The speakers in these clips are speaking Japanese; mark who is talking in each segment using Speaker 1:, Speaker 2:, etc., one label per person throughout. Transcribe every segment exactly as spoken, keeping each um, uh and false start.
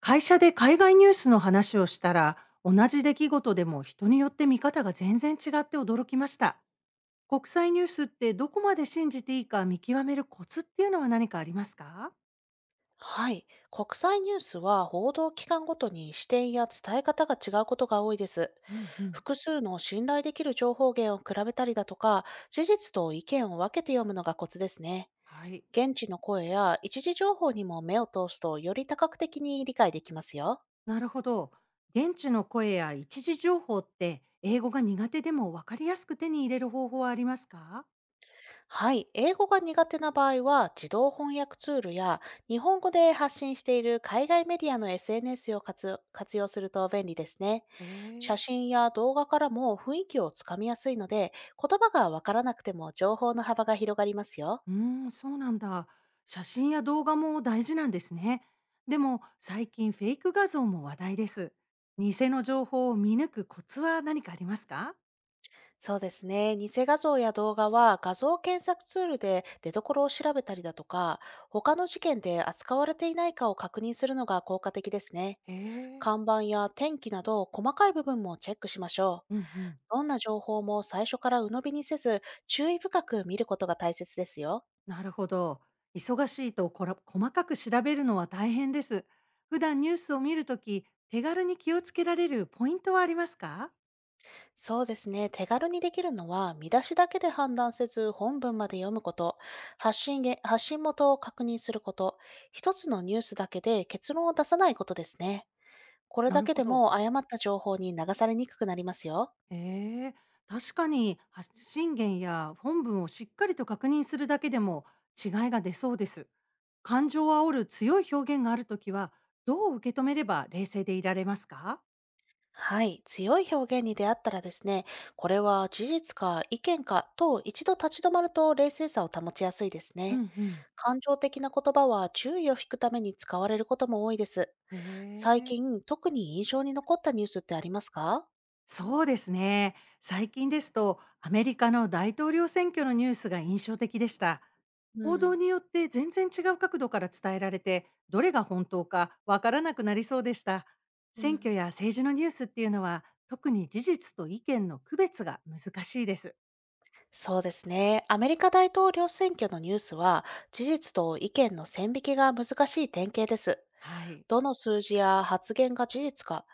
Speaker 1: 会社で海外ニュースの話をしたら、同じ出来事でも人によって見方が全然違って驚きました。国際ニュースってどこまで信じていいか見極めるコツっていうのは何かありますか？
Speaker 2: はい。国際ニュースは報道機関ごとに視点や伝え方が違うことが多いです。
Speaker 1: うんうん。
Speaker 2: 複数の信頼できる情報源を比べたりだとか、事実と意見を分けて読むのがコツですね。
Speaker 1: はい。
Speaker 2: 現地の声や一時情報にも目を通すとより多角的に理解できますよ。
Speaker 1: なるほど。現地の声や一時情報って英語が苦手でも分かりやすく手に入れる方法はありますか？
Speaker 2: はい。英語が苦手な場合は自動翻訳ツールや日本語で発信している海外メディアの エスエヌエス を活活用すると便利ですね。
Speaker 1: え
Speaker 2: 写
Speaker 1: え。
Speaker 2: 真や動画からも雰囲気をつかみやすいので、言葉がわからなくても情報の幅が広がりますよ。
Speaker 1: うーん、そうなんだ。写真や動画も大事なんですね。でも最近フェイク画像も話題です。偽の情報を見抜くコツは何かありますか？
Speaker 2: そうですね。偽画像や動画は画像検索ツールで出所を調べたりだとか、他の事件で扱われていないかを確認するのが効果的ですね。
Speaker 1: へえ、
Speaker 2: 看板や天気など細かい部分もチェックしましょ
Speaker 1: う
Speaker 2: う。
Speaker 1: んうん。
Speaker 2: どんな情報も最初から鵜呑みにせず、注意深く見ることが大切ですよ。
Speaker 1: なるほど。忙しいとこら細かく調べるのは大変です。普段ニュースを見るとき、手軽に気をつけられるポイントはありますか？
Speaker 2: そうですね。手軽にできるのは、見出しだけで判断せず、本文まで読むこと、発信げ発信元を確認すること、一つのニュースだけで結論を出さないことですね。これ
Speaker 1: な
Speaker 2: だ
Speaker 1: る
Speaker 2: け
Speaker 1: ほ
Speaker 2: で
Speaker 1: ど。
Speaker 2: も誤った情報に流されにくくなりますよ。
Speaker 1: へえ、確かに発信源や本文をしっかりと確認するだけでも違いが出そうです。感情を煽る強い表現があるときは、どう受け止めれば冷静でいられますか？
Speaker 2: はい。強い表現に出会ったらですね、これは事実か意見かと一度立ち止まると冷静さを保ちやすいです
Speaker 1: う
Speaker 2: ね。
Speaker 1: んうん。
Speaker 2: 感情的な言葉は注意を引くために使われることも多いです。
Speaker 1: へ
Speaker 2: 最
Speaker 1: え。
Speaker 2: 近、特に印象に残ったニュースってありますか？
Speaker 1: そうですね。最近ですと、アメリカの大統領選挙のニュースが印象的でした。
Speaker 2: う
Speaker 1: 報道
Speaker 2: ん、
Speaker 1: によって全然違う角度から伝えられて、どれが本当かわからなくなりそうでした。
Speaker 2: う
Speaker 1: 選
Speaker 2: ん、
Speaker 1: 挙や政治のニュースっていうのは、特に事実と意見の区別が難しいです。
Speaker 2: そうですね。アメリカ大統領選挙のニュースは、事実と意見の線引きが難しい典型です。
Speaker 1: はい。
Speaker 2: どの数字や発言が事実か、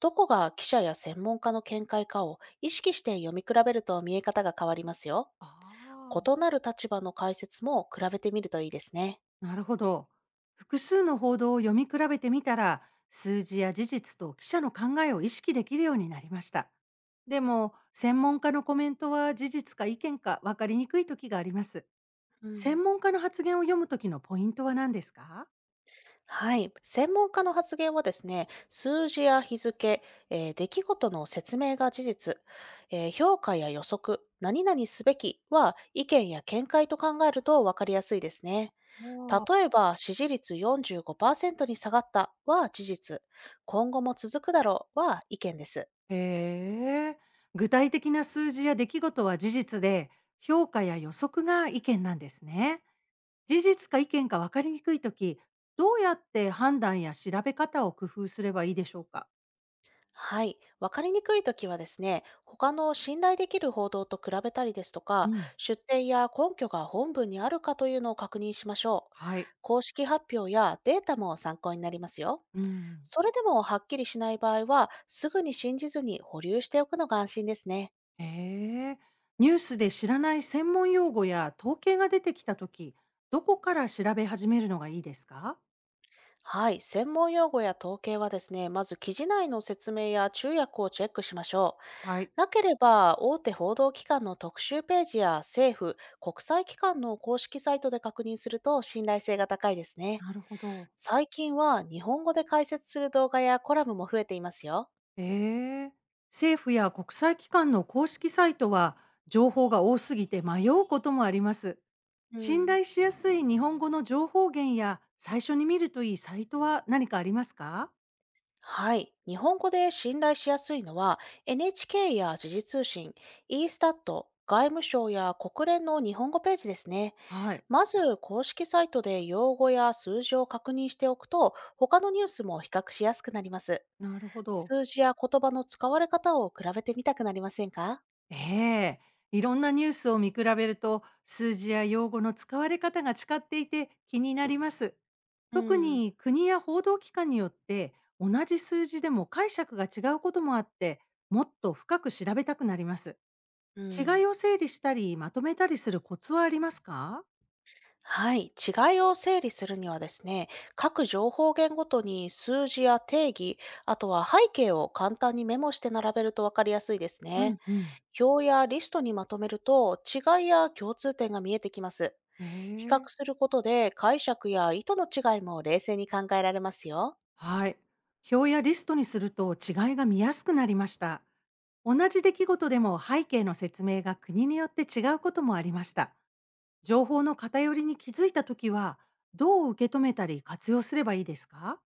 Speaker 2: どこが記者や専門家の見解かを意識して読み比べると見え方が変わりますよ。
Speaker 1: ああ。
Speaker 2: 異なる立場の解説も比べてみるといいですね。
Speaker 1: なるほど。複数の報道を読み比べてみたら、数字や事実と記者の考えを意識できるようになりました。でも、専門家のコメントは事実か意見か分かりにくい時があります。
Speaker 2: うん。
Speaker 1: 専門家の発言を読む時のポイントは何ですか？
Speaker 2: はい、専門家の発言はですね、数字や日付、えー出来事の説明が事実、えー評価や予測、何々すべきは意見や見解と考えると分かりやすいですね。
Speaker 1: お
Speaker 2: 例え
Speaker 1: ー。
Speaker 2: ば、支持率よんじゅうごパーセントに下がったは事実、今後も続くだろうは意見です。
Speaker 1: へえ。具体的な数字や出来事は事実で、評価や予測が意見なんですね。事実か意見か分かりにくい時、どうやって判断や調べ方を工夫すればいいでしょうか？
Speaker 2: はい。わかりにくいときはですね、他の信頼できる報道と比べたりですと
Speaker 1: う
Speaker 2: か、
Speaker 1: ん。
Speaker 2: 出典や根拠が本文にあるかというのを確認しましょう。
Speaker 1: はい。
Speaker 2: 公式発表やデータも参考になりますよ。
Speaker 1: うん。
Speaker 2: それでもはっきりしない場合は、すぐに信じずに保留しておくのが安心ですね。
Speaker 1: へえ。ニュースで知らない専門用語や統計が出てきたとき、どこから調べ始めるのがいいですか？
Speaker 2: はい。専門用語や統計はですね、まず記事内の説明や注訳をチェックしましょ
Speaker 1: はい。
Speaker 2: う。なければ、大手報道機関の特集ページや政府、国際機関の公式サイトで確認すると信頼性が高いですね。
Speaker 1: なるほど。
Speaker 2: 最近は日本語で解説する動画やコラムも増えていますよ。
Speaker 1: へえ。政府や国際機関の公式サイトは、情報が多すぎて迷うこともあります。
Speaker 2: う
Speaker 1: 信
Speaker 2: ん。
Speaker 1: 頼しやすい日本語の情報源や、最初に見るといいサイトは何かありますか？
Speaker 2: はい。日本語で信頼しやすいのは エヌエイチケー や時事通信、e-stat、外務省や国連の日本語ページですね。
Speaker 1: はい。
Speaker 2: まず公式サイトで用語や数字を確認しておくと他のニュースも比較しやすくなります。
Speaker 1: なるほど。
Speaker 2: 数字や言葉の使われ方を比べてみたくなりませんか？
Speaker 1: ええ、いろんなニュースを見比べると数字や用語の使われ方が違っていて気になります。
Speaker 2: う
Speaker 1: 特
Speaker 2: ん。
Speaker 1: に国や報道機関によって同じ数字でも解釈が違うこともあって、もっと深く調べたくなります。
Speaker 2: う
Speaker 1: 違い
Speaker 2: ん。
Speaker 1: を整理したりまとめたりするコツはありますか？
Speaker 2: はい。違いを整理するにはですね、各情報源ごとに数字や定義、あとは背景を簡単にメモして並べると分かりやすいです
Speaker 1: う
Speaker 2: ね。
Speaker 1: んうん。
Speaker 2: 表やリストにまとめると違いや共通点が見えてきます。
Speaker 1: え
Speaker 2: 比較
Speaker 1: え。
Speaker 2: することで解釈や意図の違いも冷静に考えられますよ。
Speaker 1: はい。表やリストにすると違いが見やすくなりました。同じ出来事でも背景の説明が国によって違うこともありました。情報の偏りに気づいたときは、どう受け止めたり活用すればいいですか？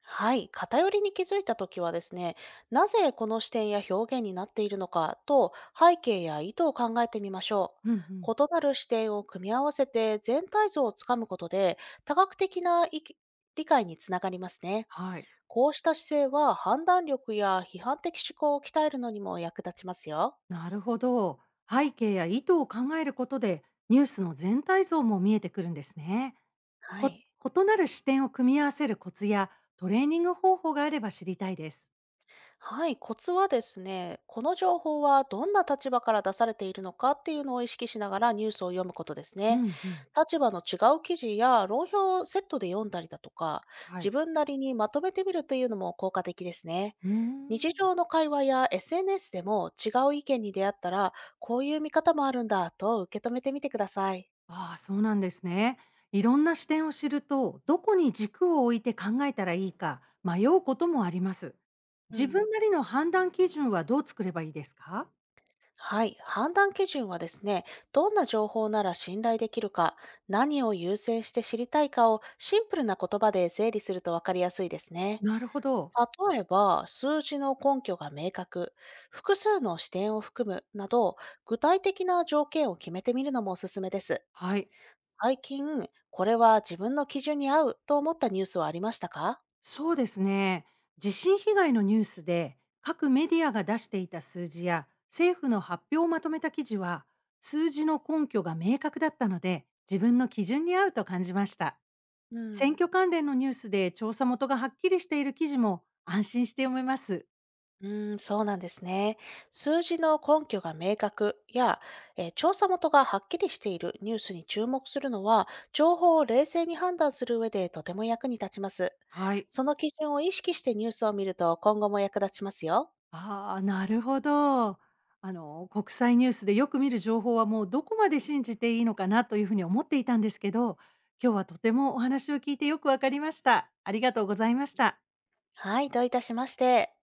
Speaker 2: はい、偏りに気づいたときはですね、なぜこの視点や表現になっているのかと背景や意図を考えてみましょ
Speaker 1: うんうん。
Speaker 2: う。異なる視点を組み合わせて全体像をつかむことで多角的な意見理解につながりますね。
Speaker 1: はい、
Speaker 2: こうした姿勢は判断力や批判的思考を鍛えるのにも役立ちますよ。
Speaker 1: なるほど。背景や意図を考えることで、ニュースの全体像も見えてくるんですね。
Speaker 2: は
Speaker 1: こ
Speaker 2: い。
Speaker 1: 異なる視点を組み合わせるコツやトレーニング方法があれば知りたいです。
Speaker 2: はい、コツはですね、この情報はどんな立場から出されているのかっていうのを意識しながらニュースを読むことです
Speaker 1: う
Speaker 2: ね。
Speaker 1: んうん。
Speaker 2: 立場の違う記事や論評をセットで読んだりだとか、
Speaker 1: は
Speaker 2: 自
Speaker 1: い。
Speaker 2: 分なりにまとめてみるというのも効果的ですね。
Speaker 1: うー
Speaker 2: 日
Speaker 1: ん。
Speaker 2: 常の会話や エスエヌエス でも違う意見に出会ったら、こういう見方もあるんだと受け止めてみてください。
Speaker 1: ああ、そうなんですね。いろんな視点を知ると、どこに軸を置いて考えたらいいか迷うこともあります。
Speaker 2: う
Speaker 1: 自分
Speaker 2: ん。
Speaker 1: なりの判断基準はどう作ればいいですか？
Speaker 2: はい、判断基準はですね、どんな情報なら信頼できるか、何を優先して知りたいかをシンプルな言葉で整理すると分かりやすいですね。
Speaker 1: なるほど。
Speaker 2: 例えば、数字の根拠が明確、複数の視点を含むなど、具体的な条件を決めてみるのもおすすめです。
Speaker 1: はい。
Speaker 2: 最近、これは自分の基準に合うと思ったニュースはありましたか？
Speaker 1: そうですね。地震被害のニュースで、各メディアが出していた数字や政府の発表をまとめた記事は、数字の根拠が明確だったので、自分の基準に合うと感じました。
Speaker 2: う
Speaker 1: 選
Speaker 2: ん。
Speaker 1: 挙関連のニュースで調査元がはっきりしている記事も安心して読めます。
Speaker 2: うーん、そうなんですね。数字の根拠が明確や、えー調査元がはっきりしているニュースに注目するのは、情報を冷静に判断する上でとても役に立ちます。
Speaker 1: はい。
Speaker 2: その基準を意識してニュースを見ると今後も役立ちますよ。
Speaker 1: ああ、なるほど。あの、国際ニュースでよく見る情報はもうどこまで信じていいのかなというふうに思っていたんですけど、今日はとてもお話を聞いてよくわかりました。ありがとうございました。
Speaker 2: はい、どういたしまして。